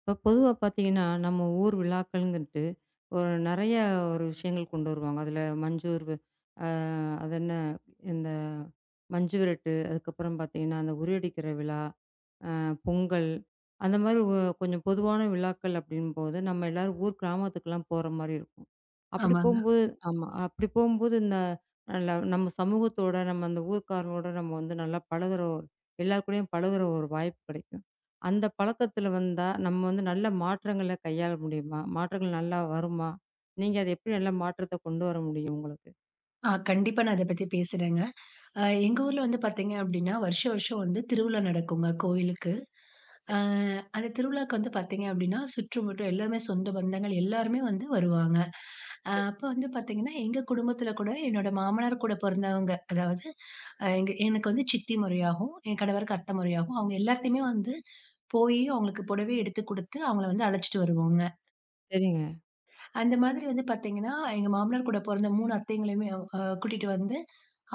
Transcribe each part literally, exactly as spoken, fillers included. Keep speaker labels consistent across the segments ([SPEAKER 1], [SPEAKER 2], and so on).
[SPEAKER 1] இப்போ பொதுவா பார்த்தீங்கன்னா, நம்ம ஊர் விழாக்கள்ன்ட்டு ஒரு நெறைய ஒரு விஷயங்கள் கொண்டு வருவாங்க. அதில மஞ்சூர் அ அது என்ன இந்த மஞ்சு விரட்டு, அதுக்கப்புறம் பார்த்தீங்கன்னா, அந்த உறியடிக்கிற விழா. பொங்கல், அந்த மாதிரி ஒ கொஞ்சம் பொதுவான விழாக்கள் அப்படிங்கும்போது, நம்ம எல்லாரும் ஊர் கிராமத்துக்குலாம் போற மாரி இருக்கும். அப்படி
[SPEAKER 2] ஆமாங்க.
[SPEAKER 1] போம்போது ஆமா. அப்படி போம்போது இந்த நல்ல நம்ம சமூகத்தோட, நம்ம அந்த ஊர்க்காரங்களோட நம்ம வந்து நல்லா பழகுற ஒரு எல்லார் கூடயும் பழகுற ஒரு வாய்ப்பு கிடைக்கும். அந்த பழக்கத்துல வந்தா, நம்ம வந்து நல்ல மாற்றங்கள கையாள முடியுமா? மாற்றங்கள் நல்லா வருமா? நீங்க அத எப்படி நல்ல மாற்றத்த கொண்டு வர முடியும் உங்களுக்கு?
[SPEAKER 2] ஆ கண்டிப்பா நான் அத பத்தி பேசுறேங்க. அ எங்க ஊர்ல வந்து பார்த்தீங்க அப்டின்னா, வருஷம் வருஷம் வந்து திருவிழா நடக்குங்க கோயிலுக்கு. அ அந்த திருவிழாக்கு வந்து பார்த்தீங்க அப்டின்னா, சுற்றுமுற்றும் எல்லாருமே சொந்த பந்தங்கள் எல்லாருமே வந்து வருவாங்க. அ அப்ப வந்து பார்த்தீங்கன்னா, எங்க குடும்பத்தில கூட என்னோட மாமனார் கூட பொறந்தவங்க, அதாவது அ எங்க எனக்கு வந்து சித்தி முறையாகவும், என் கணவருக்கு அத்த முறையாகவும் அவங்க எல்லாத்தையுமே வந்து போயி அவங்களுக்கு புடவை எடுத்து குடுத்து அவங்கள வந்து அழைச்சிட்டு வருவோங்க.
[SPEAKER 1] சரிங்க.
[SPEAKER 2] அந்த மாதிரி வந்து பார்த்தீங்கன்னா, எங்க மாமனார் கூட பொறந்த மூணு அத்தைங்களையுமே அவ் அ கூட்டிட்டு வந்து,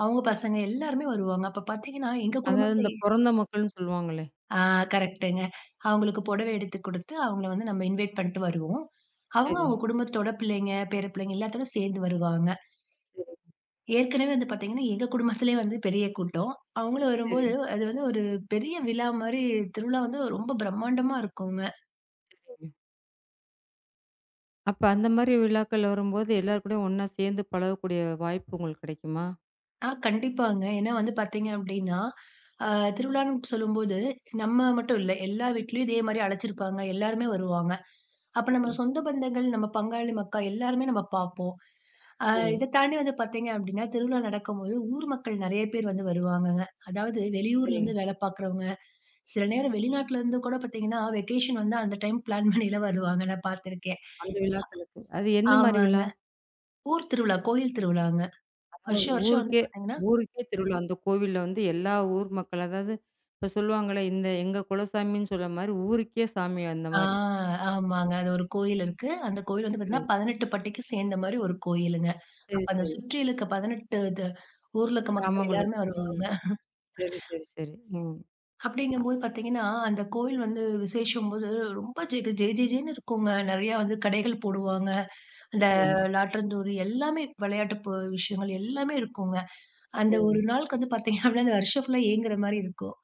[SPEAKER 2] அவங்க பசங்க எல்லாருமே வருவாங்க. அப்ப பார்த்தீங்கன்னா, எங்க
[SPEAKER 1] அதாவது
[SPEAKER 2] குடும்பத்தில.
[SPEAKER 1] இந்த பொறந்த மக்கள்ன்னு சொல்லுவாங்களே.
[SPEAKER 2] ஆ, கரெக்ட்டுங்க. அவங்களுக்கு புடவை எடுத்து குடுத்து, அவங்கள வந்து நம்ம இன்வைட் பண்ணிட்டு வருவோம். அவங்க,
[SPEAKER 1] சரி,
[SPEAKER 2] அவங்க குடும்பத்தோட பிள்ளைங்க, பேர பிள்ளைங்க எல்லாத்தோட சேர்ந்து வருவாங்க.
[SPEAKER 1] சரி,
[SPEAKER 2] ஏற்கனவே வந்து பார்த்தீங்கன்னா, எங்க குடும்பத்திலேயே வந்து பெரிய கூட்டம். அவங்களும்
[SPEAKER 1] சரி,
[SPEAKER 2] வரும்போது, அது வந்து ஒரு பெரிய விழா மாரி திருவிழா வந்து ரொம்ப பிரம்மாண்டமா இருக்குங்க.
[SPEAKER 1] சரிங்க. அப்ப அந்த மாரி விழாக்கள் வரும்போது, எல்லார் கூடயும் ஒண்ணா சேர்ந்து பழகக்கூடிய வாய்ப்பு உங்களுக்கு கிடைக்குமா?
[SPEAKER 2] ஆ கண்டிப்பாங்க. ஏன்னா வந்து பார்த்தீங்க அப்டின்னா, அ திருவிழான்னு சொல்லும்போது, நம்ம மட்டும் இல்ல. எல்லா வீட்லயும் இதே மாரி அழைச்சிருப்பாங்க. எல்லாருமே வருவாங்க. அப்ப
[SPEAKER 1] சரி.
[SPEAKER 2] நம்ம சொந்த பந்தங்கள், நம்ம பங்காளி மக்கா எல்லாருமே நம்ம பார்ப்போம். அ
[SPEAKER 1] சரி,
[SPEAKER 2] இத தாண்டி வந்து பார்த்தீங்க அப்டின்னா, திருவிழா நடக்கும்போது ஊர் மக்கள் நெறைய பேர் வந்து வருவாங்கங்க. அதாவது
[SPEAKER 1] சரிங்க.
[SPEAKER 2] வெளியூர்லேருந்து வேல பார்க்குறவங்க, சில நேரம் வெளிநாட்டுலேருந்து கூட பார்த்தீங்கன்னா, வெக்கேஷன் வந்து அந்த டைம் பிளான் பண்ணிலாம் வருவாங்க. நான் பார்த்துருக்கேன்.
[SPEAKER 1] அந்த விழாக்களுக்கு. அது என்ன மாரி
[SPEAKER 2] ஆமாங்க.
[SPEAKER 1] விழா?
[SPEAKER 2] ஊர் திருவிழா, கோயில் திருவிழாங்க. வருஷம் வருஷம் வந்து
[SPEAKER 1] ஊருக்கே
[SPEAKER 2] பார்த்தீங்கன்னா.
[SPEAKER 1] ஊருக்கே திருவிழா. அந்த கோவில்ல வந்து எல்லா ஊர் மக்கள், அதாவது இப்ப சொல்லுவாங்கல்ல, இந்த எங்க குலசாமின்னு சொல்ல மாரி ஊருக்கே சாமி அந்த
[SPEAKER 2] ஆ,
[SPEAKER 1] மாரி.
[SPEAKER 2] ஆமாங்க. அது ஒரு கோயில் இருக்கு. அந்த கோயில் வந்து
[SPEAKER 1] சரி,
[SPEAKER 2] பார்த்தீங்கன்னா, பதினெட்டு பட்டிக்கு சேர்ந்த மாரி ஒரு கோயிலுங்க.
[SPEAKER 1] சரி,
[SPEAKER 2] அப்ப அந்த
[SPEAKER 1] சரி.
[SPEAKER 2] சுற்றி இருக்க பதினெட்டு இது ஊர்ல இருக்க மக்கள்
[SPEAKER 1] கிராமங்களும்.
[SPEAKER 2] எல்லாருமே
[SPEAKER 1] ம்.
[SPEAKER 2] வருவாங்க.
[SPEAKER 1] சரி, சரி, சரி. ம். அ
[SPEAKER 2] அப்படிங்கும்போது பார்த்தீங்கன்னா, அந்த கோயில் வந்து விசேஷம்போது ரொம்ப ஜெக ஜே ஜே ஜேன்னு இருக்குங்க. நெறையா வந்து கடைகள் போடுவாங்க. அந்த
[SPEAKER 1] சரிங்க,
[SPEAKER 2] லாட்டந்தூரி எல்லாமே விளையாட்டு பொ விஷயங்கள் எல்லாமே இருக்குங்க. அந்த
[SPEAKER 1] சரிங்க.
[SPEAKER 2] ஒரு நாளுக்கு வந்து பார்த்தீங்க அப்படின்னா, அந்த வருஷம் ஃபுல்லா ஏங்குற மாரி இருக்கும்.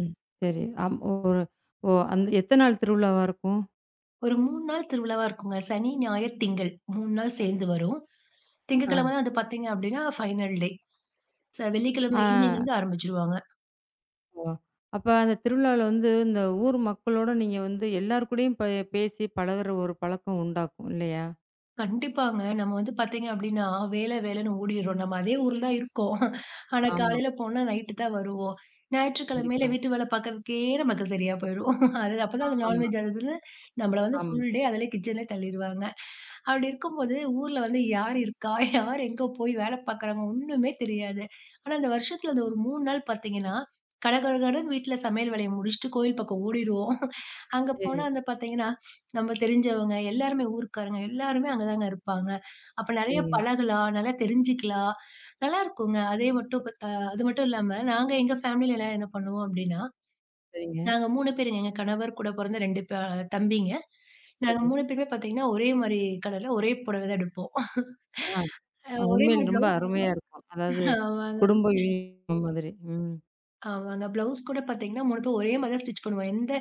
[SPEAKER 1] ம். சரி. அம் ஒரு ஓ அந்த எத்தன நாள் திருவிழாவா இருக்கும்?
[SPEAKER 2] ஒரு மூணு நாள் திருவிழாவா இருக்குங்க. சனி, ஞாயிறு, திங்கள் மூணு நாள் சேர்ந்து வரும்.
[SPEAKER 1] ஆ.
[SPEAKER 2] திங்கட்கிழமை தான் வந்து பார்த்தீங்க அப்படின்னா, ஃபைனல் டே. ச வெள்ளிக்கிழமை ஈவ்னிங்
[SPEAKER 1] ஆ.
[SPEAKER 2] வந்து ஆரம்பிச்சுருவாங்க.
[SPEAKER 1] ஓ! அப்ப அந்த திருவிழால வந்து இந்த ஊர் மக்களோட நீங்க வந்து எல்லார் கூடயும் ப பேசி பழகுற ஒரு பழக்கம் உண்டாக்கும் இல்லையா?
[SPEAKER 2] கண்டிப்பாங்க. நம்ம வந்து பார்த்தீங்க அப்டின்னா, வேல வேலன்னு ஓடிர்றோம். நம்ம அதே ஊர்ல தான் இருக்கோம். ஆனா
[SPEAKER 1] ஆமா.
[SPEAKER 2] காலையில போனா நைட்டு தான் வருவோம். ஞாயிற்றுக்கிழமையில
[SPEAKER 1] கண்டிப்பா.
[SPEAKER 2] வீட்டு வேல பார்க்கறதுக்கே நமக்கு சரியா போயிரும். அது அப்பதான் அந்த
[SPEAKER 1] ஆமா,
[SPEAKER 2] நான்வெஜ் அதுன்னு நம்மள வந்து
[SPEAKER 1] ஆமா.
[SPEAKER 2] ஃபுல் டே அதிலே கிச்சன்லே தள்ளிருவாங்க. அப்டி இருக்கும்போது ஊர்ல வந்து யார் இருக்கா? யார் எங்க போய் வேல பார்க்குறாங்க? ஒண்ணுமே தெரியாது. ஆனா அந்த வருஷத்துல அந்த ஒரு மூணு நாள் பார்த்தீங்கன்னா, கடகடகடன்னு வீட்ல சமையல் வேலைய முடிச்சுட்டு கோயில் பக்கம் ஓடிருவோம். அங்க போனா
[SPEAKER 1] சரி,
[SPEAKER 2] வந்து பார்த்தீங்கன்னா, நம்ம தெரிஞ்சவங்க எல்லாருமே ஊர்க்காரங்க எல்லாருமே அங்கதாங்க இருப்பாங்க. அப்ப நெறைய
[SPEAKER 1] சரிங்க,
[SPEAKER 2] பழகலாம், நல்லா தெரிஞ்சுக்கலாம். நல்லாருக்குங்க. அதே மட்டும் பத் அ அது மட்டும் இல்லாம நாங்க எங்க ஃபேமிலிலலாம் என்ன பண்ணுவோம் அப்டின்னா,
[SPEAKER 1] சரிங்க,
[SPEAKER 2] நாங்க மூணு பேருங்க. எங்க கணவர் கூட பொறந்த ரெண்டு ப தம்பிங்க. நாங்க
[SPEAKER 1] சரி.
[SPEAKER 2] மூணு பேருமே பாத்தீங்கன்னா, ஒரே மாரி கலர்ல ஒரே புடவ தான் எடுப்போம். அ
[SPEAKER 1] ஆ,
[SPEAKER 2] ஒரே
[SPEAKER 1] உண்மையில்
[SPEAKER 2] மாரி
[SPEAKER 1] ரொம்ப
[SPEAKER 2] ப்ளவுஸ் கூட.
[SPEAKER 1] அருமையா இருக்கும். அதாவது
[SPEAKER 2] ஆமாங்க,
[SPEAKER 1] குடும்ப யூனியன் மாதிரி. ம்.
[SPEAKER 2] ஆமாங்க. ப்ளவுஸ் கூட பார்த்தீங்கன்னா, மூணு பேரும் ஒரே மாரி தான் ஸ்டிச் பண்ணுவோம். எந்த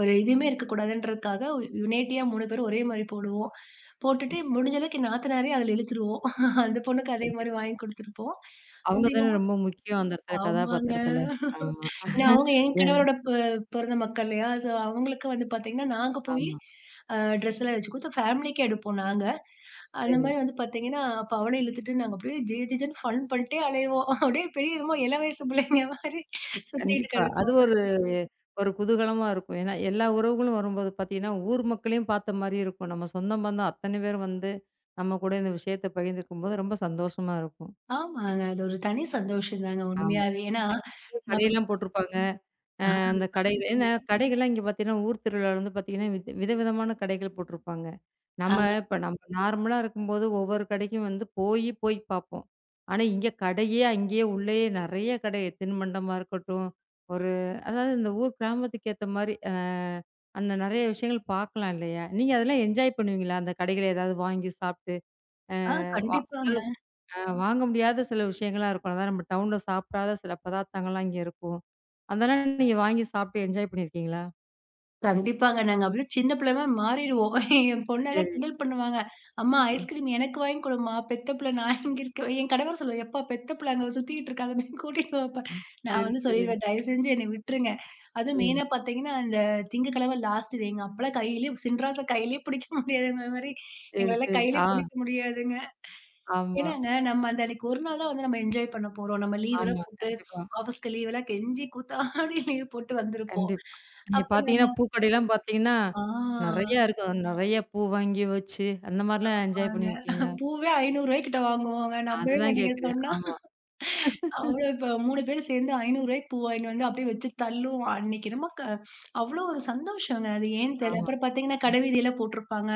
[SPEAKER 2] ஒரு இதுவுமே இருக்கக்கூடாதுன்றதுக்காக, யுனைட்டியா மூணு பேரும் ஒரே மாரி போடுவோம். போட்டுட்டு முடிஞ்ச அளவுக்கு என் நாத்தனாரையும் அதில இழுத்துருவோம். அந்த பொண்ணுக்கு அதே மாரி
[SPEAKER 1] கண்டிப்பா.
[SPEAKER 2] வாங்கி குடுத்துருப்போம்.
[SPEAKER 1] அவங்க தானே
[SPEAKER 2] அப்படிங்கும்.
[SPEAKER 1] ரொம்ப முக்கியம் அந்த இடத்துல
[SPEAKER 2] ஆமாங்க.
[SPEAKER 1] கதாபாத்திரத்துல. ஆமா.
[SPEAKER 2] ஏன்னா அவங்க என்
[SPEAKER 1] ஏன்னா
[SPEAKER 2] கணவரோட பொ பொறந்த மக்கள் இல்லையா? ஸோ அவங்களுக்கு வந்து பார்த்தீங்கன்னா, நாங்க போயி
[SPEAKER 1] ஆமா.
[SPEAKER 2] அ ட்ரெஸ் எல்லாம் வச்சு குடுத்து ஃபேமிலிக்கே எடுப்போம் நாங்க. அந்த
[SPEAKER 1] சரி.
[SPEAKER 2] மாரி வந்து பார்த்தீங்கன்னா, அப்ப அவள இழுத்துட்டு நாங்க அப்படியே ஜே ஜே ஜேன்னு ஃபன் பண்ணிட்டே அலைவோம். அப்படியே பெரிய என்னமோ இளவயசு பிள்ளைங்க மாரி சுத்திட்டு
[SPEAKER 1] கண்டிப்பா. அது
[SPEAKER 2] கெடப்போம்.
[SPEAKER 1] ஒரு ஒரு குதூகலமா இருக்கும். ஏன்னா, எல்லா உறவுகளும் வரும்போது பார்த்தீங்கன்னா, ஊர் மக்களையும் பார்த்த மாரியும் இருக்கும். நம்ம சொந்தம் பந்தம் அத்தன பேரும் வந்து, நம்ம கூட இந்த விஷயத்த பகிர்ந்துக்கும்போது ரொம்ப சந்தோஷமா இருக்கும்.
[SPEAKER 2] ஆமாங்க. அது ஒரு தனி சந்தோஷம் தாங்க
[SPEAKER 1] ஆமா.
[SPEAKER 2] உண்மையாவே. ஏன்னா, நம்ம.
[SPEAKER 1] கடையெல்லாம் போட்டிருப்பாங்க.
[SPEAKER 2] ஆ,
[SPEAKER 1] அந்த கடையில ஏன்னா கடைகள்லாம் இங்க பார்த்தீங்கன்னா, ஊர் திருவிழால வந்து பார்த்தீங்கன்னா, வித விதவிதமான கடைகள் போட்டிருப்பாங்க.
[SPEAKER 2] ஆ,
[SPEAKER 1] நம்ம இப்ப நம்ம நார்மலா இருக்கும்போது ஒவ்வொரு கடைக்கும் வந்து போயி, போய் பார்ப்போம். ஆனா, இங்க கடையே அங்கேயே உள்ளயே நெறைய கடை தின்பண்டமா இருக்கட்டும், ஒரு அதாவது இந்த ஊர் கிராமத்துக்கு ஏத்த மாரி அ அந்த நெறைய விஷயங்கள் பார்க்கலாம் இல்லையா? நீங்க அதெல்லாம் என்ஜாய் பண்ணுவீங்களா? அந்த கடைகள ஏதாவது வாங்கி சாப்ட்டு, அ
[SPEAKER 2] ஆ
[SPEAKER 1] வா அதாவது
[SPEAKER 2] கண்டிப்பாங்க,
[SPEAKER 1] அ வாங்க முடியாத சில விஷயங்கள்லாம் இருக்கும். அதான் நம்ம டவுன்ல சாப்பிடாத சில பதார்த்தங்கள்லாம் இங்க இருக்கும். அதெல்லாம் நீங்க வாங்கி சாப்ட்டு என்ஜாய் பண்ணியிருக்கீங்களா?
[SPEAKER 2] கண்டிப்பாங்க. நாங்க அப்படியே சின்ன பிள்ளைமாரி மாறிருவோம். என் பொண்ணெல்லாம்
[SPEAKER 1] சரி.
[SPEAKER 2] கிண்டல் பண்ணுவாங்க. "அம்மா
[SPEAKER 1] ம்.
[SPEAKER 2] ஐஸ்கிரீம் எனக்கு வாங்கி குடும்மா! பெத்த பிள்ள நான் இங்க இருக்கேன்." என் கணவர் சொல்லுவாரு, "எப்பா! பெத்த பிள்ள அங்க சுத்திக்கிட்டு இருக்கா! அத போய் கூட்டிட்டு வாப்பா." நான்
[SPEAKER 1] சரி,
[SPEAKER 2] வந்து
[SPEAKER 1] சரி.
[SPEAKER 2] சொல்லிருவேன், "தயவு செஞ்சு என்னை விட்டுருங்க." அதுவும்
[SPEAKER 1] ம்.
[SPEAKER 2] மெயினா பார்த்தீங்கன்னா, அந்த திங்கக்கிழமை லாஸ்ட் டே எங்க அப்பலாம் கையிலேயே சின்ராச கையிலேயே பிடிக்க முடியாதுங்கிற மாரி
[SPEAKER 1] சரி,
[SPEAKER 2] எங்களலாம்
[SPEAKER 1] சரி.
[SPEAKER 2] கையிலேயே
[SPEAKER 1] ஆ,
[SPEAKER 2] பிடிக்க முடியாதுங்க.
[SPEAKER 1] ஆமா,
[SPEAKER 2] ஏன்னாங்க, நம்ம அந்த அன்னைக்கு ஒரு நாள் தான் வந்து நம்ம என்ஜாய் பண்ண போறோம். நம்ம லீவெல்லாம்
[SPEAKER 1] ஆமா.
[SPEAKER 2] போட்டு
[SPEAKER 1] கண்டிப்பா,
[SPEAKER 2] ஆஃபீஸ்க்கு லீவெல்லாம் கெஞ்சி கூத்தாடி லீவ் போட்டு வந்திருப்போம்.
[SPEAKER 1] கண்டிப்பா. நீங்க
[SPEAKER 2] அப்ப
[SPEAKER 1] பார்த்தீங்கன்னா,
[SPEAKER 2] நாங்க.
[SPEAKER 1] பூக்கடைலாம் பார்த்தீங்கன்னா,
[SPEAKER 2] ஆ
[SPEAKER 1] நெறையா இருக்கும். நெறைய பூ வாங்கி வச்சு, அந்த மாரிலாம் என்ஜாய்
[SPEAKER 2] ஆமாங்க.
[SPEAKER 1] பண்ணியிருக்கீங்களா?
[SPEAKER 2] பூவே ரூ. ஐநூறு கிட்ட வாங்குவோங்க. நம்பவே
[SPEAKER 1] அதுதான்
[SPEAKER 2] மாட்டீங்க
[SPEAKER 1] கேட்கிறேன்.
[SPEAKER 2] சொன்னா.
[SPEAKER 1] ஆமா,
[SPEAKER 2] அவ்ளோ இப்ப மூணு பேர் சேர்ந்து ரூ. ஐநூறு பூ வாங்கிட்டு வந்து அப்படியே வச்சு தள்ளுவோம். அன்னைக்கு நம்ம க அவ்ளோ ஒரு சந்தோஷங்க. அது ஏன்னு தெரியல.
[SPEAKER 1] ஆமா.
[SPEAKER 2] அப்புறம் பார்த்தீங்கன்னா, கடை
[SPEAKER 1] கண்டிப்பா.
[SPEAKER 2] வீதியில போட்டிருப்பாங்க.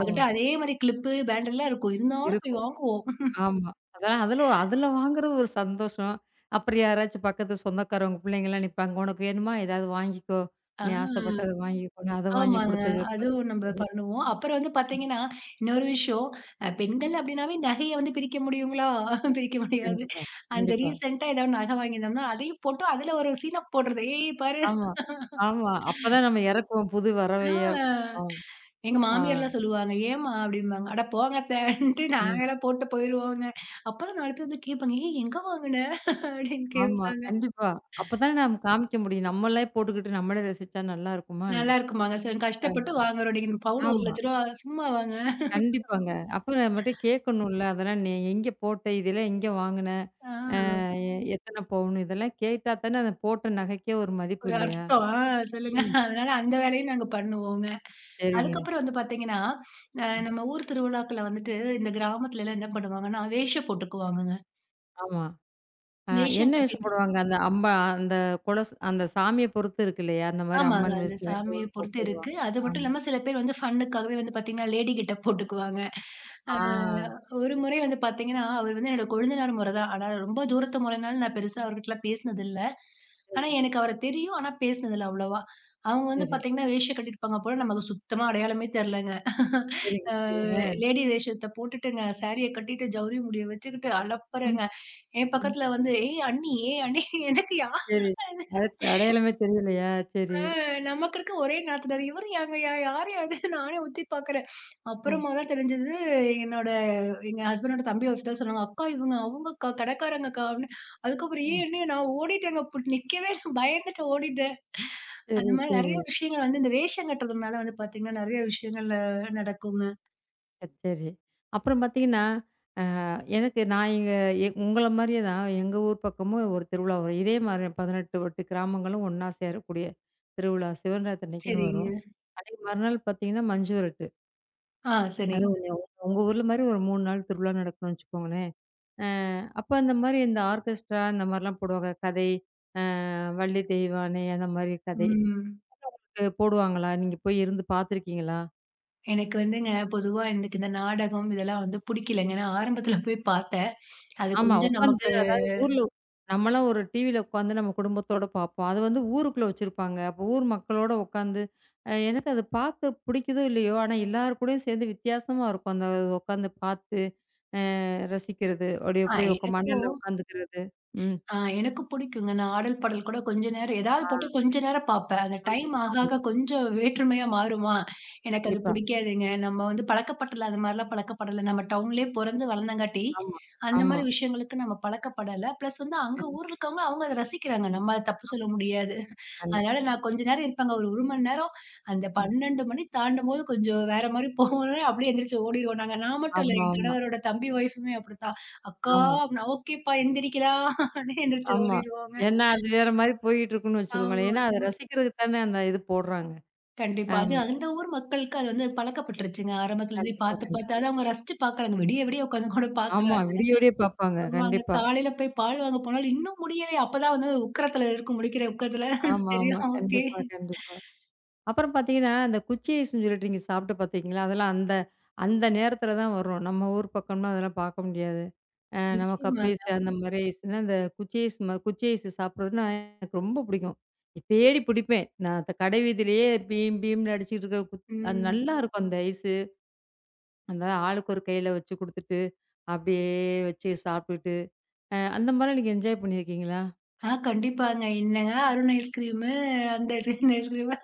[SPEAKER 1] ஆமா.
[SPEAKER 2] அதே மாரி கிளிப்பு, பேண்டல்லாம் இருக்கும். இருந்தாலும் போய்
[SPEAKER 1] இருக்கும்.
[SPEAKER 2] வாங்குவோம்.
[SPEAKER 1] ஆமா. அதான் அதுல அதுல வாங்குறது ஒரு சந்தோஷம். அப்புறம் யாராச்சும் பக்கத்து சொந்தக்காரவங்க பிள்ளைங்கலாம் நிப்பாங்க. "உனக்கு வேணுமா? ஏதாவது வாங்கிக்கோ.
[SPEAKER 2] ஆ,
[SPEAKER 1] நீ ஆசைப்பட்டத வாங்கிக்கோன்னு" அத வாங்கி
[SPEAKER 2] ஆமாங்க.
[SPEAKER 1] குடுத்தது
[SPEAKER 2] அதுவும் நம்ப
[SPEAKER 1] சந்தோஷம்.
[SPEAKER 2] பண்ணுவோம். அப்புறம் வந்து பார்த்தீங்கன்னா, இன்னொரு விஷயம். அ பெண்கள் அப்டின்னாவே நகைய வந்து பிரிக்க முடியுங்களா? பிரிக்க முடியாது.
[SPEAKER 1] கண்டிப்பா,
[SPEAKER 2] அந்த
[SPEAKER 1] கண்டிப்பா.
[SPEAKER 2] ரீசென்ட்டா ஏதாவது நகை வாங்கியிருந்தோம்னா, அதையும் போட்டு அதில ஒரு சீனப் போடுறது. "ஏய் பாரு".
[SPEAKER 1] ஆமா, ஆமா. அப்பதான் நம்ம இறக்குவோம் புது வரவைய.
[SPEAKER 2] ஆ
[SPEAKER 1] ஆம்.
[SPEAKER 2] எங்க
[SPEAKER 1] ஆ.
[SPEAKER 2] மாமியார்லாம் சொல்லுவாங்க. "ஏம்மா?" அப்டிம்பாங்க. "அட போங்க அத்த"ன்ட்டு
[SPEAKER 1] ம்.
[SPEAKER 2] நாங்கலாம் போட்டு போயிருவோங்க. அப்பதான் நாலு பேர் வந்து கேட்பாங்க. "ஏய் எங்க வாங்குன?" அப்டின்னு
[SPEAKER 1] ஆமா,
[SPEAKER 2] கேட்பாங்க.
[SPEAKER 1] கண்டிப்பா. அப்பதானே நம்ம காமிக்க முடியும். நம்மளே போட்டுக்கிட்டு நம்மளே ரசிச்சா நல்லா இருக்குமா என்ன?
[SPEAKER 2] நல்லா இருக்குமாங்க. சரி
[SPEAKER 1] அ.
[SPEAKER 2] கஷ்டப்பட்டு வாங்குறோம். நீங்க பவுன் ரூ.
[SPEAKER 1] ஆமா.
[SPEAKER 2] ஒரு லட்சம சும்மாவாங்க.
[SPEAKER 1] கண்டிப்பாங்க. அப்ப நம்மட்ட கேட்கணும்ல. அதெல்லாம் நீ எங்க போட்ட? இதெல்லாம் எங்க வாங்குன?
[SPEAKER 2] ஆ
[SPEAKER 1] அ எ எத்தன பவுனு? இதெல்லாம் கேட்டா தானே அந்த போட்ட நகைக்கே ஒரு மதிப்பு
[SPEAKER 2] ஒரு
[SPEAKER 1] இல்லையா?
[SPEAKER 2] அர்த்தம். ஆ சொல்லுங்க.
[SPEAKER 1] ம்.
[SPEAKER 2] அதனால அந்த வேலையும் நாங்க பண்ணுவோங்க.
[SPEAKER 1] சரிங்க.
[SPEAKER 2] அதுக்கப்புறம் வந்து பார்த்தீங்கன்னா, அ
[SPEAKER 1] ம்.
[SPEAKER 2] நம்ம ஊர் திருவிழாக்கள்ல வந்துட்டு இந்த கிராமத்துலலாம் என்ன பண்ணுவாங்கன்னா, வேஷம் போட்டுக்குவாங்கங்க.
[SPEAKER 1] ஆமா. ஆ,
[SPEAKER 2] வேஷம்
[SPEAKER 1] என்ன வேஷம்
[SPEAKER 2] கட்டிட்டு.
[SPEAKER 1] போடுவாங்க? அந்த அம்பா அந்த கொலஸ் அந்த சாமிய பொறுத்து இருக்கு இல்லையா? அந்த மாரி
[SPEAKER 2] ஆமாங்க.
[SPEAKER 1] அம்மன்
[SPEAKER 2] அந்த
[SPEAKER 1] வேஷம்
[SPEAKER 2] சாமிய
[SPEAKER 1] போட்டு
[SPEAKER 2] பொறுத்து இருக்கு.
[SPEAKER 1] வருவாங்க.
[SPEAKER 2] அது மட்டும்
[SPEAKER 1] ஆமா.
[SPEAKER 2] இல்லாம சில பேர் வந்து ஃபன்னுக்காகவே வந்து பார்த்தீங்கன்னா, லேடி கெட்டப் போட்டுக்குவாங்க. ஆ
[SPEAKER 1] ஆ.
[SPEAKER 2] ஒரு முறை வந்து பார்த்தீங்கன்னா, அவர் வந்து என்னோட கொழுந்தனார் முறை தான். ஆனா ரொம்ப தூரத்து முறைனால நான் பெருசா அவர்கிட்டலாம் பேசினதில்ல. ஆனா
[SPEAKER 1] சரி,
[SPEAKER 2] எனக்கு அவர தெரியும். ஆனா பேசினதில்ல அவ்வளவா. அவங்க வந்து
[SPEAKER 1] சரி.
[SPEAKER 2] பார்த்தீங்கன்னா, வேஷ்டி கட்டியிருப்பாங்க போல. நமக்கு சுத்தமா அடையாளமே தெரியலங்க.
[SPEAKER 1] சரிங்க,
[SPEAKER 2] ஆ
[SPEAKER 1] சரிங்க.
[SPEAKER 2] லேடி வேஷத்த போட்டுட்டுங்க, சாரிய கட்டிட்டு, ஜவுரி முடிய வச்சுக்கிட்டு
[SPEAKER 1] ம்,
[SPEAKER 2] அலப்பறங்க. என்
[SPEAKER 1] ம்.
[SPEAKER 2] பக்கத்துல வந்து, "ஏய் அண்ணி, ஏய் அண்ணி". எனக்கு யார்
[SPEAKER 1] சரி.
[SPEAKER 2] அது?
[SPEAKER 1] அடுத்து அடையாளமே தெரியலையா? சரி.
[SPEAKER 2] நமக்கு இருக்க ஒரே நாத்தனார். இவரு யாங்க? யா யாரு அது? நானே உத்து பார்க்குறேன்.
[SPEAKER 1] ம்,
[SPEAKER 2] அப்புறமா தான் தெரிஞ்சது. என்னோட எங்க ஹஸ்பண்டோட தம்பி ஒய்ஃப் தான் சொன்னாங்க. "அக்கா இவங்க அவங்க அக்கா, கடைக்காரங்க அக்கா" அப்படின்னு. அதுக்கப்புறம் ஏன்
[SPEAKER 1] ம்.
[SPEAKER 2] என்னைய நான் ஓடிட்டேங்க. பு நிக்கவே இல்ல. பயந்துட்டு ஓடிட்டேன். அந்த
[SPEAKER 1] சரி,
[SPEAKER 2] மாரி
[SPEAKER 1] சரி.
[SPEAKER 2] நெறைய விஷயங்கள் வந்து இந்த வேஷம் கட்டுறதுனால வந்து பார்த்தீங்கன்னா, நெறைய விஷயங்கள்ல நடக்குங்க.
[SPEAKER 1] அ சரி. அப்புறம் பார்த்தீங்கன்னா, அ எனக்கு நான் எங்க எ உங்கள மாரியே தான் எங்க ஊர் பக்கமும் ஒரு திருவிழா வரும். இதே மாரி பதினெட்டு, பதினெட்டு கிராமங்களும் ஒண்ணா சேரக்கூடிய திருவிழா சிவராத்திரி அன்னைக்குன்னு வரும்.
[SPEAKER 2] சரிங்க.
[SPEAKER 1] அன்னைக்கு மறுநாள் பார்த்தீங்கன்னா, மஞ்சு விரட்டு.
[SPEAKER 2] ஆ சரி.
[SPEAKER 1] அது உங்க உங்க ஊர்ல மாரி ஒரு மூணு நாள் திருவிழா நடக்கும்னு வச்சுக்கோங்களேன். அ அப்ப அந்த மாரி இந்த ஆர்கெஸ்ட்ரா இந்த மாரிலாம் போடுவாங்க. கதை, அ வள்ளி தெய்வானை அந்த மாரி கதை
[SPEAKER 2] ம்.
[SPEAKER 1] அ போடுவாங்களா? நீங்க போய் இருந்து பார்த்துருக்கீங்களா?
[SPEAKER 2] எனக்கு வந்துங்க பொதுவா எனக்கு இந்த நாடகம் இதெல்லாம் வந்து புடிக்கலங்க. நான் ஆரம்பத்துல போய் பார்த்தேன். அது
[SPEAKER 1] ஆமா.
[SPEAKER 2] கொஞ்சம்
[SPEAKER 1] உட்காந்து
[SPEAKER 2] நமக்கு.
[SPEAKER 1] அதாவது ஊர்ல நம்மலாம் ஒரு டிவில உட்காந்து நம்ம குடும்பத்தோட பார்ப்போம். அது வந்து ஊருக்குள்ள வச்சிருப்பாங்க. அப்ப ஊர் மக்களோட உட்காந்து அ எனக்கு அது பார்க்க பிடிக்குதோ இல்லையோ, ஆனா எல்லார் கூடயும் சேர்ந்து வித்தியாசமா இருக்கும். அந்த உட்காந்து பார்த்து அ ரசிக்கிறது. அப்படியே
[SPEAKER 2] ஆ
[SPEAKER 1] போய் உக்க
[SPEAKER 2] எனக்கு
[SPEAKER 1] மணல்ல உட்காந்துக்கிறது. ம்.
[SPEAKER 2] ஆ எனக்கும் பிடிக்குங்க. நான் ஆடல், பாடல் கூட கொஞ்ச நேரம் ஏதாவது
[SPEAKER 1] ஆ,
[SPEAKER 2] போட்டு கொஞ்ச நேரம் பார்ப்பேன். அந்த
[SPEAKER 1] ஆமா,
[SPEAKER 2] டைம் ஆக,
[SPEAKER 1] ஆமா.
[SPEAKER 2] ஆக கொஞ்சம் வேற்றுமையா மாறுமா, எனக்கு அது
[SPEAKER 1] கண்டிப்பா.
[SPEAKER 2] பிடிக்காதுங்க. நம்ம வந்து பழக்கப்படல, அந்த மாரிலாம் பழக்கப்படல. நம்ம டவுன்லேயே பொறந்து வளர்ந்தங்காட்டி,
[SPEAKER 1] ஆமா,
[SPEAKER 2] அந்த
[SPEAKER 1] ஆமா.
[SPEAKER 2] மாரி விஷயங்களுக்கு நம்ம பழக்கப்படல. பிளஸ் வந்து அங்க
[SPEAKER 1] கண்
[SPEAKER 2] ஊர்ல இருக்கவங்க, அவங்க அத ரசிக்கிறாங்க. நம்ம அத தப்பு சொல்ல முடியாது.
[SPEAKER 1] கண்
[SPEAKER 2] அதனால நான் கொஞ்ச நேரம் இருப்பேங்க. ஒரு 1 மணி நேரம். அந்த
[SPEAKER 1] ம்.
[SPEAKER 2] பன்னிரண்டு மணி தாண்டும்போது கொஞ்சம் வேற மாரி போகணும்னு அப்படியே எந்திரிச்சு ஓடிருவோம். நாங்க நான் மட்டும் இல்ல.
[SPEAKER 1] ஆமா,
[SPEAKER 2] என்
[SPEAKER 1] ஆமா,
[SPEAKER 2] கணவரோட தம்பி ஒய்ஃபுமே அப்படித்தான். "அக்கா"
[SPEAKER 1] ஆமா,
[SPEAKER 2] அப்படின்னா, "ஓகேப்பா எந்திரிக்கலாம்" அப்படின்னு எந்திரிச்சு
[SPEAKER 1] ஆமா.
[SPEAKER 2] ஓடிருவாங்க.
[SPEAKER 1] ஏன்னா, அது வேற மாரி போயிட்டு இருக்குன்னு வச்சுக்கோங்களேன்.
[SPEAKER 2] ஆமா,
[SPEAKER 1] ஏன்னா, அத ரசிக்கிறதுக்கு தானே அந்த இது போடுறாங்க.
[SPEAKER 2] கண்டிப்பா. அது
[SPEAKER 1] ஆமா.
[SPEAKER 2] அந்த ஊர் மக்களுக்கு அது வந்து பழக்கப்பட்டுருச்சுங்க. ஆரம்பத்துலருந்தே
[SPEAKER 1] கண்டிப்பா,
[SPEAKER 2] பார்த்து, பார்த்து
[SPEAKER 1] கண்டிப்பா.
[SPEAKER 2] அத அவங்க ரசிச்சு பார்க்குறாங்க. விடிய விடிய உட்காந்து கூட
[SPEAKER 1] ஆமா.
[SPEAKER 2] பார்க்குறாங்க.
[SPEAKER 1] விடிய விடிய பார்ப்பாங்க.
[SPEAKER 2] ஆமாங்க.
[SPEAKER 1] கண்டிப்பா.
[SPEAKER 2] காலையில போய் பால் வாங்க போனாலும் இன்னும் முடியலையே! அப்பதான் வந்து உக்கிரத்துல இருக்கும். முழிக்கிற உக்கிரத்துல.
[SPEAKER 1] ஆமா,
[SPEAKER 2] சரி,
[SPEAKER 1] ஆமா.
[SPEAKER 2] ஓகே.
[SPEAKER 1] கண்டிப்பா, கண்டிப்பா. அப்புறம் பார்த்தீங்கன்னா, அந்த குச்சி ஐஸ்ன்னு சொல்லிட்டு நீங்க சாப்பிட்டு பார்த்தீங்களா? அதெல்லாம் அந்த அந்த நேரத்தில தான் வரும். நம்ம ஊர் பக்கம்லாம் அதெல்லாம் பார்க்க முடியாது. அ நம்ம கப்
[SPEAKER 2] நிச்சயமாங்க.
[SPEAKER 1] ஐஸ் அந்த மாரி ஐஸ்னா, இந்த குச்சி ஐஸ் ம குச்சி ஐஸ் சாப்பிடுறதுன்னா எனக்கு ரொம்ப பிடிக்கும். தேடி பிடிப்பேன். நான் அந்த கடை வீதியிலேயே பீம் பீம்ன்னு அடிச்சுக்கிட்டு இருக்கிற குத் அது
[SPEAKER 2] ம்.
[SPEAKER 1] நல்லாருக்கும் அந்த ஐஸு. அந்த ஆளுக்கு ஒரு கையில வச்சு குடுத்துட்டு, அப்படியே வச்சு சாப்பிட்டுட்டு, அ அந்த மாரிலாம் நீங்க என்ஜாய் பண்ணியிருக்கீங்களா?
[SPEAKER 2] ஆ கண்டிப்பாங்க. என்னங்க அருண் ஐஸ்கிரீமு, அந்த ஐஸ்கிரீம், இந்த ஐஸ்கிரீமு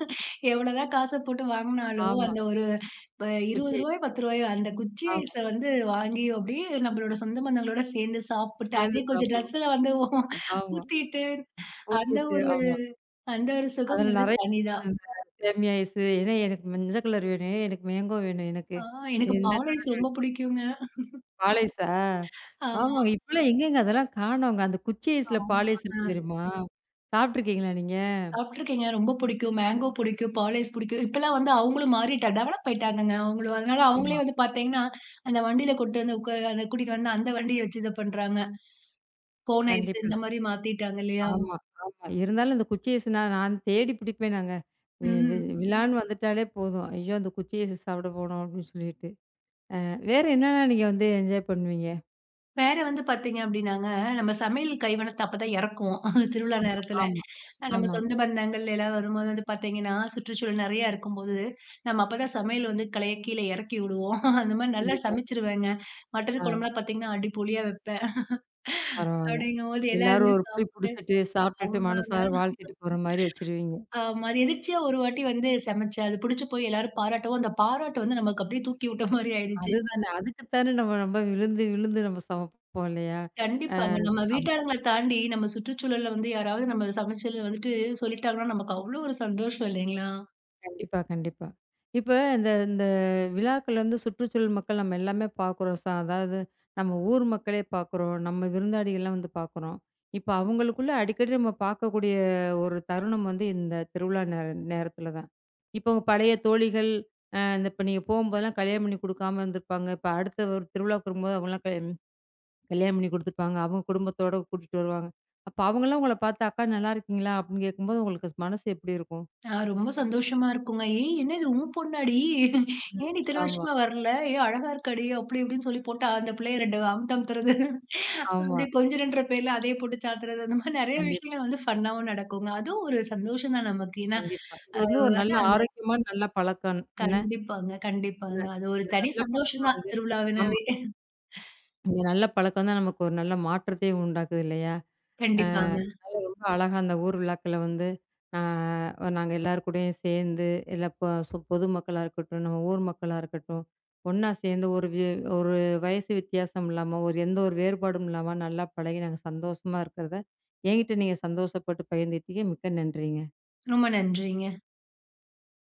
[SPEAKER 2] எவ்வளோதான் காச போட்டு வாங்குனாலும்,
[SPEAKER 1] ஆமா.
[SPEAKER 2] அந்த ஒரு ப ரூ.
[SPEAKER 1] குச்சி
[SPEAKER 2] இருபது ரூ.
[SPEAKER 1] ஐஸ்.
[SPEAKER 2] பத்து அந்த குச்சி
[SPEAKER 1] ஆமா.
[SPEAKER 2] ஐஸ வந்து வாங்கி அப்படியே நம்மளோட சொந்த பந்தங்களோட சேர்ந்து சாப்பிட்டு,
[SPEAKER 1] சேர்ந்து
[SPEAKER 2] அதே கொஞ்சம்
[SPEAKER 1] சாப்பிடுவோம்.
[SPEAKER 2] ட்ரெஸ்ல வந்து ஊ-
[SPEAKER 1] ஆமா.
[SPEAKER 2] ஊத்திட்டு, அந்த
[SPEAKER 1] ஊத்திட்டு
[SPEAKER 2] ஒரு
[SPEAKER 1] ஆமா.
[SPEAKER 2] அந்த ஒரு சுகம்
[SPEAKER 1] அதில
[SPEAKER 2] வந்து
[SPEAKER 1] நெறைய
[SPEAKER 2] தனிதான்.
[SPEAKER 1] அந்த சேமியா ஐஸ், ஏன்னா எனக்கு மஞ்ச கலர் வேணும், எனக்கு மேங்கோ வேணும் எனக்கு.
[SPEAKER 2] ஆ எனக்கு
[SPEAKER 1] இந்த
[SPEAKER 2] பால் ஐஸ் ரொம்ப பிடிக்குங்க.
[SPEAKER 1] பால் ஐஸா?
[SPEAKER 2] ஆமா,
[SPEAKER 1] ஆமாங்க. இப்பலாம் எங்கேங்க அதெல்லாம் காணோங்க. அந்த குச்சி ஐஸ்ல பால் ஐஸ்
[SPEAKER 2] ஆமாங்க.
[SPEAKER 1] இருக்கும் தெரியுமா? சாப்பிட்டுருக்கீங்களா நீங்க?
[SPEAKER 2] சாப்ட்டுருக்கேங்க. ரொம்ப புடிக்கும். மேங்கோ புடிக்கும். பால் ஐஸ் புடிக்கும். இப்பலாம் வந்து அவங்களும் மாறிட்டா டெவலப் ஆயிட்டாங்கங்க அவங்களும். அதனால அவங்களே
[SPEAKER 1] ஆமா.
[SPEAKER 2] வந்து பாத்தீங்கன்னா, அந்த வண்டியில கொண்டு வந்து உட்கார அத கூட்டிட்டு வந்து அந்த வண்டிய வச்சு இது பண்றாங்க. கோன் ஐஸ்
[SPEAKER 1] கண்டிப்பா.
[SPEAKER 2] இந்த மாரி மாத்திட்டாங்க இல்லையா?
[SPEAKER 1] ஆமா, ஆமா. இருந்தாலும் இந்த குச்சி ஐஸ் நான் நான் தேடி பிடிப்பேன் நாங்க. வி வி
[SPEAKER 2] ம்.
[SPEAKER 1] விழான்னு வந்துட்டாலே போதும். ஐயோ! அந்த குச்சி ஐஸ் சாப்பிட போனோம் அப்படின்னு சொல்லிட்டு. வேற என்னலாம் நீங்க வந்து என்ஜாய் பண்ணுவீங்க?
[SPEAKER 2] வேற வந்து பாத்தீங்க அப்படின்னாங்க, நம்ம சமையல் கைவண்ணத்த அப்பதான் இறக்குவோம். திருவிழா
[SPEAKER 1] ஆமா,
[SPEAKER 2] நேரத்துல.
[SPEAKER 1] ஆமா,
[SPEAKER 2] அஹ் நம்ம
[SPEAKER 1] ஆமா.
[SPEAKER 2] சொந்த பந்தங்கள் எல்லாம் வரும்போது வந்து பாத்தீங்கன்னா, சுற்றுச்சூழல் நெறையா இருக்கும்போது, நம்ம அப்பதான் சமையல் வந்து கலைய கீழ இறக்கி விடுவோம். அந்த மாரி நல்லா
[SPEAKER 1] கண்டிப்பா.
[SPEAKER 2] சமைச்சுருவேங்க. மட்டன்
[SPEAKER 1] ஆ.
[SPEAKER 2] குழம்புலாம் பாத்தீங்கன்னா, அடிப்பொலியா வைப்பேன்.
[SPEAKER 1] பரவால்ல.
[SPEAKER 2] அப்படிங்கும்போது
[SPEAKER 1] எல்லாரும்
[SPEAKER 2] எல்லாருமே
[SPEAKER 1] ஒரு புடி
[SPEAKER 2] சாப்பிட்டு.
[SPEAKER 1] புடிச்சிட்டு, சாப்பிட்டுட்டு,
[SPEAKER 2] ஆமாங்க.
[SPEAKER 1] மனசார வாழ்த்திட்டு போற மாரி வச்சுருவீங்க.
[SPEAKER 2] ஆமா. அது எதிர்ச்சியா ஒரு வாட்டி வந்து சமைச்சேன். அது புடிச்சு போய் எல்லாரும் பாராட்டவும், அந்த பாராட்டு வந்து நமக்கு அப்படியே தூக்கி விட்ட மாரி ஆயிடுச்சு.
[SPEAKER 1] அதுதானே, அதுக்கு தானே நம்ம ரொம்ப விழுந்து, விழுந்து நம்ம சமைப்போம் இல்லையா?
[SPEAKER 2] கண்டிப்பாங்க. நம்ம
[SPEAKER 1] அ
[SPEAKER 2] வீட்டாளுங்கள தாண்டி நம்ம சுற்றுச்சூழல்ல வந்து யாராவது நம்ம சமைச்சது வந்துட்டு சொல்லிட்டாங்கன்னா, நமக்கு அவ்வளோ ஒரு சந்தோஷம் இல்லைங்களா?
[SPEAKER 1] கண்டிப்பா, கண்டிப்பா. இப்ப இந்த இந்த விழாக்கள்ல வந்து சுற்றுச்சூழல் மக்கள் நம்ம எல்லாமே பார்க்குறோம். ச அதாவது நம்ம ஊர் மக்களே பார்க்குறோம். நம்ம விருந்தாளிகள்லாம் வந்து பார்க்குறோம். இப்ப அவங்களுக்குள்ள அடிக்கடி நம்ம பார்க்கக்கூடிய ஒரு தருணம் வந்து இந்த திருவிழா நேர நேரத்தில தான். இப்போ உங்க பழைய தோழிகள், அ இந்த இப்ப நீங்க போம்போதெல்லாம் கல்யாணம் பண்ணி குடுக்காம இருந்திருப்பாங்க. இப்ப அடுத்த ஒரு திருவிழாவுக்கு வரும்போது அவங்கலாம் கல் கல்யாணம் பண்ணி குடுத்துருப்பாங்க. அவங்க குடும்பத்தோட கூட்டிட்டு வருவாங்க. அப்ப அவங்கலாம் உங்கள பார்த்து, "அக்கா நல்லாருக்கீங்களா?" அப்படின்னு கேட்கும்போது உங்களுக்கு மனசு எப்படி இருக்கும்?
[SPEAKER 2] நான் ரொம்ப சந்தோஷமா இருக்குங்க. "ஏய் என்ன இது உன் பொண்ணாடி?
[SPEAKER 1] ம்.
[SPEAKER 2] ஏன்டி இத்தன
[SPEAKER 1] ஆமா,
[SPEAKER 2] வருஷமா வரல? ஏய் அழகா இருக்காடி" அப்படி இப்படின்னு சொல்லி போட்டா, அந்த பிள்ளைய ரெண்டு அமுத்து அமுத்துறது.
[SPEAKER 1] ஆமா.
[SPEAKER 2] அப்படியே கொஞ்சுறன்ற பேர்ல அதே போட்டு சாத்துறது, அந்த மாரி நெறைய
[SPEAKER 1] கண்டிப்பா,
[SPEAKER 2] விஷயங்கள் வந்து ஃபன்னாவும் நடக்குங்க. அதுவும் ஒரு சந்தோஷம் தான் நமக்கு. ஏன்னா,
[SPEAKER 1] கண்டிப்பா. இது
[SPEAKER 2] அ
[SPEAKER 1] வந்து ஒரு நல்ல
[SPEAKER 2] அதான்
[SPEAKER 1] ஆரோக்கியமான நல்ல பழக்கம். என்ன?
[SPEAKER 2] கண்டிப்பாங்க,
[SPEAKER 1] இந்த
[SPEAKER 2] கண்டிப்பாங்க. அது ஒரு
[SPEAKER 1] இந்த
[SPEAKER 2] தனி
[SPEAKER 1] நல்ல
[SPEAKER 2] சந்தோஷம்
[SPEAKER 1] பழக்கம்
[SPEAKER 2] தான்
[SPEAKER 1] வந்து ஆமா.
[SPEAKER 2] திருவிழாவினாவே.
[SPEAKER 1] இந்த நல்ல பழக்கம் தான் நமக்கு ஒரு நல்ல மாற்றத்தையும் உண்டாக்குது இல்லையா?
[SPEAKER 2] கண்டிப்பாங்க.
[SPEAKER 1] அதனால ரொம்ப அழகா அந்த ஊர் விழாக்கள வந்து ஆ நாங்க எல்லார் கூடயும் சேர்ந்து, இல்ல பொ சு பொதுமக்களா இருக்கட்டும், நம்ம ஊர் மக்களா இருக்கட்டும், ஒண்ணா சேர்ந்து ஒரு வி ஒரு வயசு வித்தியாசம் இல்லாம, ஒரு எந்த ஒரு வேறுபாடும் இல்லாம நல்லா பழகி நாங்க சந்தோஷமா இருக்கிறத, என்கிட்ட நீங்க சந்தோஷப்பட்டு பகிர்ந்துக்கிட்டீங்க. மிக்க நன்றிங்க.
[SPEAKER 2] ரொம்ப நன்றிங்க.